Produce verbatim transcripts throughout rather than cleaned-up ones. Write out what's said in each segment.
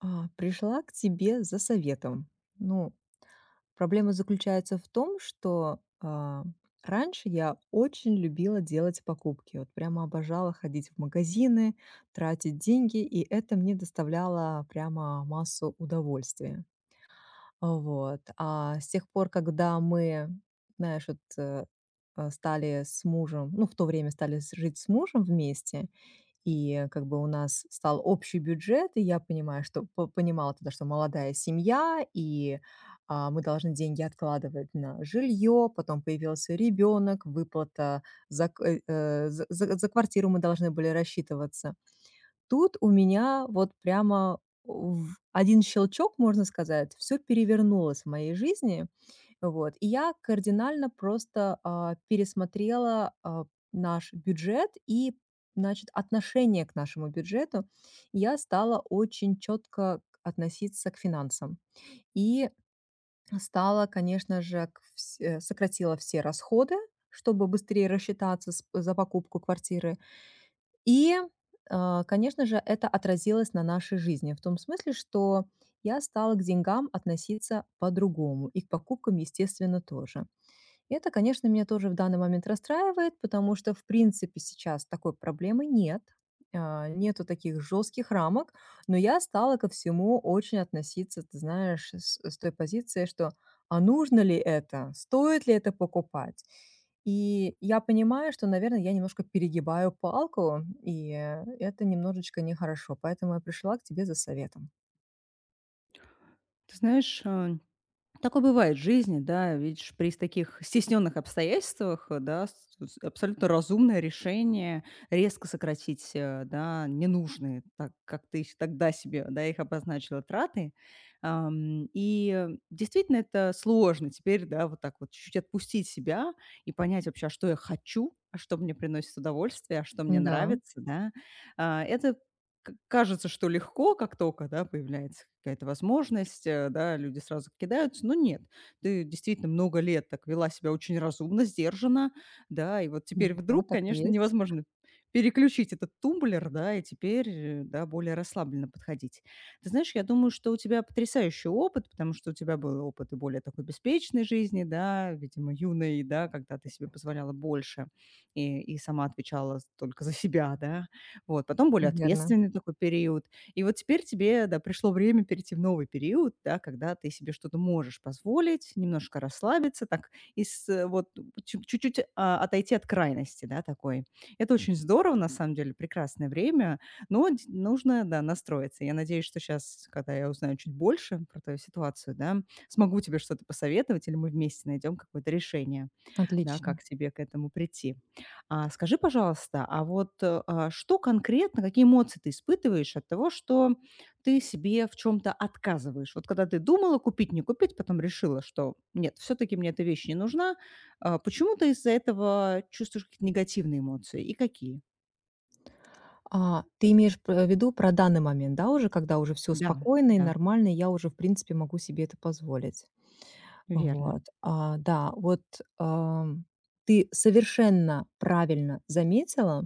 А, пришла к тебе за советом. Ну, проблема заключается в том, что, а, раньше я очень любила делать покупки. Вот прямо обожала ходить в магазины, тратить деньги, и это мне доставляло прямо массу удовольствия. Вот. А с тех пор, когда мы, знаешь, вот, э, э, стали с мужем, ну, в то время стали с- жить с мужем вместе, и как бы у нас стал общий бюджет, и я понимаю, что по- понимала тогда, что молодая семья, и а, мы должны деньги откладывать на жилье, потом появился ребенок, выплата за, к- э, э, за за- за квартиру мы должны были рассчитываться. Тут у меня вот прямо в один щелчок, можно сказать, все перевернулось в моей жизни. Вот, и я кардинально просто, а, пересмотрела, а, наш бюджет и, значит, отношение к нашему бюджету. Я стала очень четко относиться к финансам и стала, конечно же, к вс э, сократила все расходы, чтобы быстрее рассчитаться с за покупку квартиры. И, а, конечно же, это отразилось на нашей жизни в том смысле, что я стала к деньгам относиться по-другому и к покупкам, естественно, тоже. Это, конечно, меня тоже в данный момент расстраивает, потому что, в принципе, сейчас такой проблемы нет. а, Нету таких жестких рамок, но я стала ко всему очень относиться, ты знаешь, с, с той позиции, что а нужно ли это, стоит ли это покупать. И я понимаю, что, наверное, я немножко перегибаю палку, и э, это немножечко нехорошо, поэтому я пришла к тебе за советом. Ты знаешь, э, такое бывает в жизни, да. Видишь, при таких стесненных обстоятельствах, э, да, с э, с абсолютно разумное решение резко сократить, э, да, ненужные, так как ты с тогда себе, да, их обозначила, траты. Ам, и э, действительно это сложно теперь, да, вот так вот чуть-чуть отпустить себя и понять вообще, а что я хочу, а что мне приносит удовольствие, а что мне Да, нравится, да. А, это к кажется, что легко, как только да, появляется какая-то возможность, э, да, люди сразу кидаются, но нет. Ты действительно много лет так вела себя очень разумно, сдержанно, да, и вот теперь да, вдруг, так и конечно, есть, невозможно переключить этот тумблер, да, и теперь, э, да, более расслабленно подходить. Ты знаешь, я думаю, что у тебя потрясающий опыт, потому что у тебя был опыт и более такой беспечной жизни, да, видимо, юной, да, когда ты себе позволяла больше и, и сама отвечала только за себя, да, вот, потом более верно. ответственный такой период. И вот теперь тебе, да, пришло время перейти в новый период, да, когда ты себе что-то можешь позволить, немножко расслабиться, так, из, э, вот, ну, чу- чуть-чуть а, отойти от крайности, да, такой. Это очень здорово, на самом деле, прекрасное время, но д- нужно, да, настроиться. Я надеюсь, что сейчас, когда я узнаю чуть больше про твою ситуацию, да, смогу тебе что-то посоветовать, или мы вместе найдем какое-то решение, да, как Отлично. тебе к этому прийти. А скажи, пожалуйста, а вот, э, а, что конкретно, какие эмоции ты испытываешь от того, что ты себе в чем то отказываешь? Вот когда ты думала купить, не купить, потом решила, что нет, все таки мне эта вещь не нужна. А, почему ты из-за этого чувствуешь какие-то негативные эмоции и какие? А, ты имеешь в виду про данный момент, да, уже, когда уже все Да, спокойно и да, нормально, и я уже, в принципе, могу себе это позволить. верно. Вот, а, да, вот, ам, Ты совершенно правильно заметила о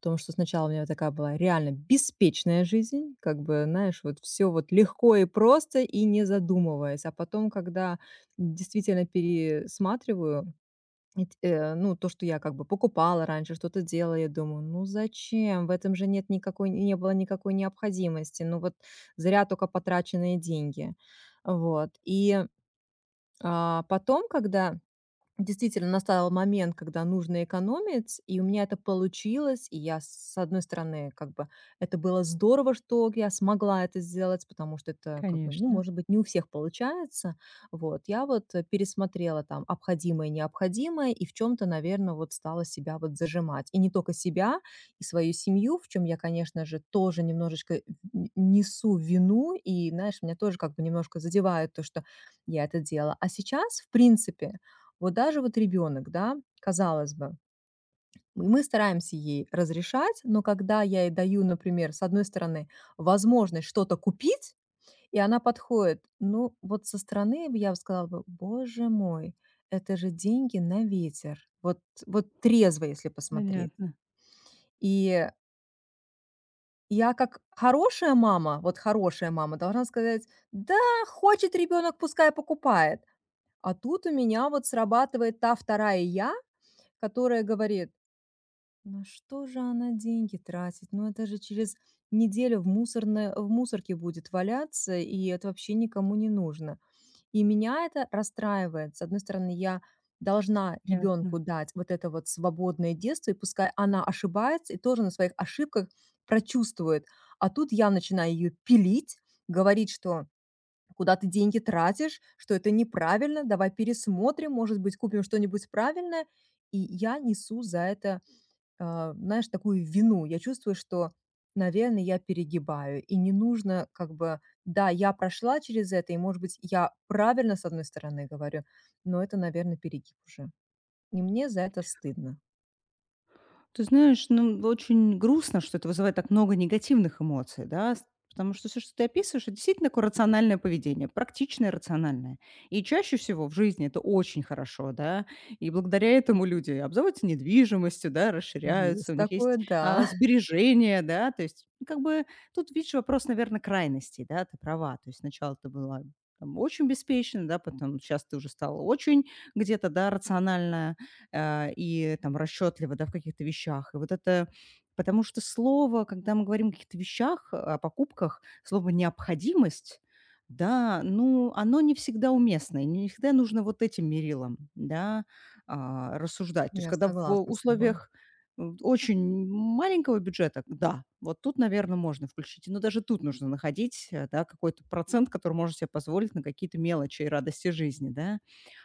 том, что сначала у меня вот такая была реально беспечная жизнь, как бы, знаешь, вот все вот легко и просто, и не задумываясь. А потом, когда действительно пересматриваю, ведь, э, ну, то, что я как бы покупала раньше, что-то делала, я думаю, ну зачем? В этом же нет никакой, не было никакой необходимости. Ну вот зря только потраченные деньги. Вот. И а, Потом, когда действительно настал момент, когда нужно экономить, и у меня это получилось. И я, с одной стороны, как бы это было здорово, что я смогла это сделать, потому что это, как бы, ну, Конечно. может быть, не у всех получается. Вот, я вот э, пересмотрела там обходимое и необходимое, и в чем-то, наверное, вот стала себя вот зажимать. И не только себя, и свою семью, в чем я, конечно же, тоже немножечко н- несу вину, и, знаешь, меня тоже как бы немножко задевает то, что я это делала. А сейчас, в принципе, вот даже вот ребенок, да, казалось бы, м- мы стараемся ей разрешать, но когда я ей даю, например, с одной стороны, возможность что-то купить, и она подходит, ну, вот со стороны я бы сказала бы, боже мой, это же деньги на ветер. Вот, вот трезво, если посмотреть. Понятно. И я как хорошая мама, вот хорошая мама, должна сказать, да, хочет ребенок, пускай покупает. А тут у меня вот срабатывает та вторая я, которая говорит, на что же она деньги тратит? Ну, это же через неделю в мусорной в мусорке будет валяться, и это вообще никому не нужно. И меня это расстраивает. С одной стороны, я должна Ясно. ребенку дать вот это вот свободное детство, и пускай она ошибается и тоже на своих ошибках прочувствует. А тут я начинаю ее пилить, говорить, что куда ты деньги тратишь, что это неправильно, давай пересмотрим, может быть, купим что-нибудь правильное. И я несу за это а, знаешь, такую вину. Я чувствую, что, наверное, я перегибаю. И не нужно как бы... Да, я прошла через это, и, может быть, я правильно, с одной стороны, говорю, но это, наверное, перегиб уже. И мне за это стыдно. Ты знаешь, ну, очень грустно, что это вызывает так много негативных эмоций, да, с- потому что все, что ты описываешь, это действительно такое рациональное поведение, практичное рациональное. И чаще всего в жизни это очень хорошо, да, и благодаря этому люди обзаводятся недвижимостью, да, расширяются, Есть у них такое, есть а, да. сбережения, да, то есть ну, как бы тут, видишь, вопрос, наверное, крайностей, да, ты права, то есть сначала ты была там, очень беспечна, да, потом сейчас ты уже стала очень где-то, да, рациональная, а, и там расчетливо да, в каких-то вещах. И вот это потому что слово, когда мы говорим о каких-то вещах, о покупках, слово "необходимость", да, ну, оно не всегда уместно, и не всегда нужно вот этим мерилом, да, а, рассуждать. То есть Я когда в согласна с тобой. условиях, м, очень маленького бюджета, да, вот тут, наверное можно включить. Но даже тут нужно находить, э, да, какой-то процент, который можно себе позволить на какие-то мелочи и радости жизни, да.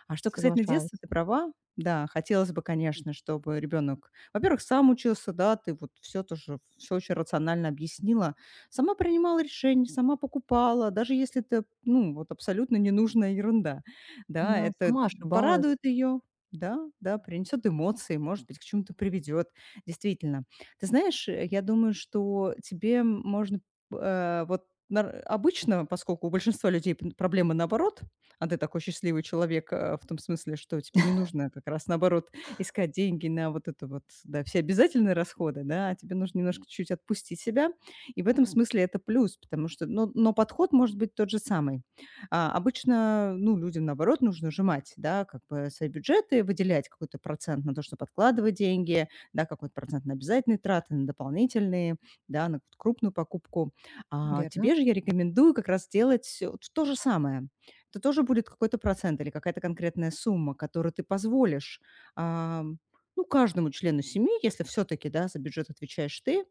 А что касательно детства, Соглашаюсь. ты права. Да, хотелось бы, конечно, чтобы ребенок, во-первых, сам учился, да, ты вот все тоже, все очень рационально объяснила. Сама принимала решения, сама покупала, даже если это, ну, вот абсолютно ненужная ерунда. Да, Да, это сама ошибалась. порадует ее, да, да, принесет эмоции, может быть, к чему-то приведет, действительно. Ты знаешь, э, я думаю, что тебе можно э, вот нар- обычно, поскольку у большинства людей п- проблемы наоборот, а ты такой счастливый человек, э, в том смысле, что тебе не нужно как раз, наоборот, искать деньги на вот это вот, да, все обязательные расходы, да, а тебе нужно немножко чуть-чуть отпустить себя. И в этом смысле это плюс, потому что, но, но подход может быть тот же самый. А, обычно, ну, людям, наоборот, нужно сжимать, да, как бы свои бюджеты, выделять какой-то процент на то, чтобы подкладывать деньги, да, какой-то процент на обязательные траты, на дополнительные, да, на какую-то крупную покупку. А тебе Верно. же я рекомендую как раз делать э, вот то же самое, то тоже будет какой-то процент или какая-то конкретная сумма, которую ты позволишь, ам, ну, каждому члену семьи, если все-таки, да, за бюджет отвечаешь ты,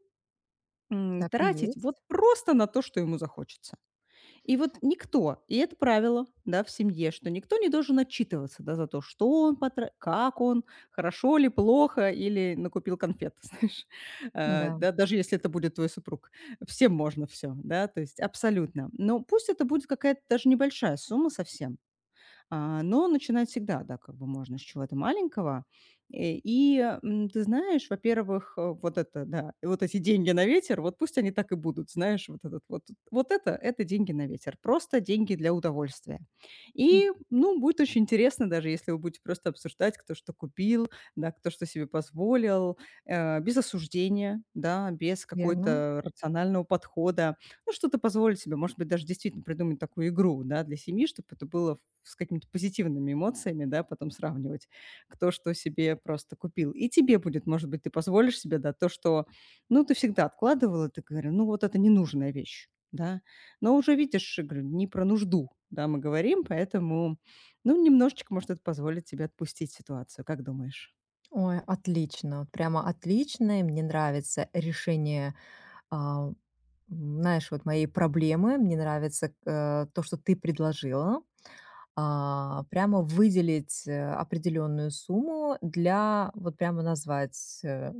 м, Так и тратить вот есть. просто на то, что ему захочется. И вот никто, и это правило, да, в семье, что никто не должен отчитываться, да, за то, что он потра как он, хорошо ли, плохо, или накупил конфет, знаешь. Э, Да. Да, даже если это будет твой супруг. Всем можно все, да, то есть абсолютно. Но пусть это будет какая-то даже небольшая сумма совсем, а, но начинать всегда, да, как бы можно с чего-то маленького. Э, и, м, ты знаешь, во-первых, э, вот это, да, и вот эти деньги на ветер, вот пусть они так и будут, знаешь, вот этот вот. Вот это, это деньги на ветер, просто деньги для удовольствия. М. И, ну, будет очень интересно, даже если вы будете просто обсуждать, кто что купил, да, кто что себе позволил, э, без осуждения, да, без Верно. какой-то рационального подхода. Ну, что-то позволить себе, может быть, даже действительно придумать такую игру, да, для семьи, чтобы это было с какими-то позитивными эмоциями, да, потом сравнивать, кто что себе просто купил. И тебе будет, может быть, ты позволишь себе, да, то, что, ну, ты всегда откладывала, ты говорила, ну, вот это ненужная вещь, да. Но уже видишь, я говорю, не про нужду, да, мы говорим, поэтому, ну, немножечко, может, это позволит тебе отпустить ситуацию, как думаешь? Ой, отлично. вот Прямо отличное. Мне нравится решение, знаешь, вот мои проблемы. Мне нравится, э, то, что ты предложила. А, прямо выделить, э, определенную сумму, для вот прямо назвать, э,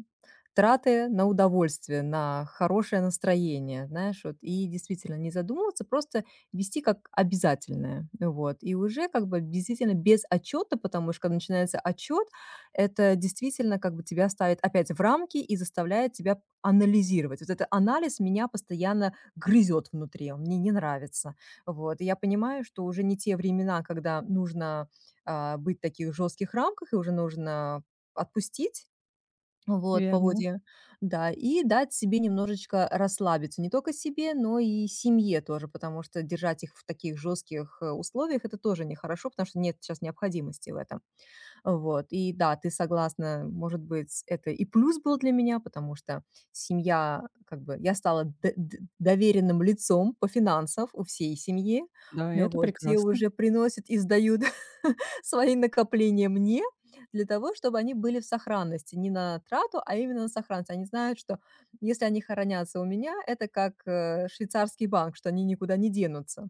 траты на удовольствие, на хорошее настроение, знаешь, вот. И действительно не задумываться, просто вести как обязательное. Вот. И уже как бы действительно без отчета, потому что когда начинается отчет, это действительно как бы тебя ставит опять в рамки и заставляет тебя анализировать. Вот этот анализ меня постоянно грызет внутри, он мне не нравится. Вот. И я понимаю, что уже не те времена, когда нужно а, быть в таких жестких рамках, и уже нужно отпустить вот, Верно. поводья. Да, и дать себе немножечко расслабиться. Не только себе, но и семье тоже, потому что держать их в таких жестких э, условиях это тоже нехорошо, потому что нет сейчас необходимости в этом. Вот, и да, ты согласна, может быть, это и плюс был для меня, потому что семья, как бы, я стала д- д- доверенным лицом по финансам у всей семьи. Да, Ну это вот, все прекрасно. уже приносят и сдают свои накопления мне для того, чтобы они были в сохранности, не на трату, а именно на сохранность. Они знают, что если они хранятся у меня, это как э, швейцарский банк, что они никуда не денутся.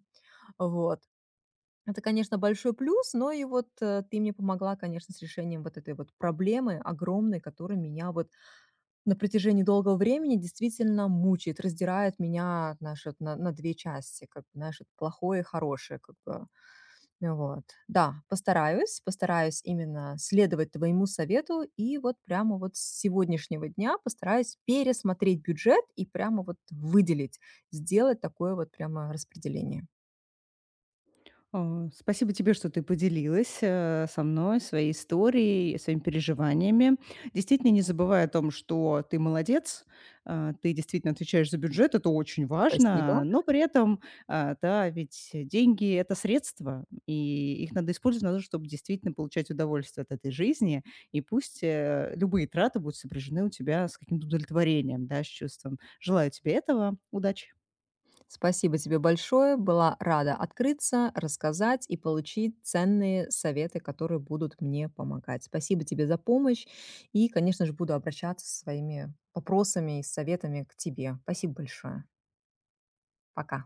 Вот. Это, конечно, большой плюс, но и вот э, ты мне помогла, конечно, с решением вот этой вот проблемы огромной, которая меня вот на протяжении долгого времени действительно мучает, раздирает меня, знаешь, вот на, на две части, как бы, знаешь, вот плохое и хорошее, как бы, ну вот. Да, постараюсь, постараюсь именно следовать твоему совету и вот прямо вот с сегодняшнего дня постараюсь пересмотреть бюджет и прямо вот выделить, сделать такое вот прямо распределение. А, спасибо тебе, что ты поделилась э, со мной своей историей, своими переживаниями. Действительно, не забывай о том, что ты молодец, а, ты действительно отвечаешь за бюджет, это очень важно, Спасибо. но при этом, а, да, ведь деньги– это средства, и их надо использовать на то, чтобы действительно получать удовольствие от этой жизни, и пусть э, любые траты будут сопряжены у тебя с каким-то удовлетворением, да, с чувством. Желаю тебе этого, удачи! Спасибо тебе большое. Была рада открыться, рассказать и получить ценные советы, которые будут мне помогать. Спасибо тебе за помощь. И, конечно же, буду обращаться со своими вопросами и советами к тебе. Спасибо большое. Пока.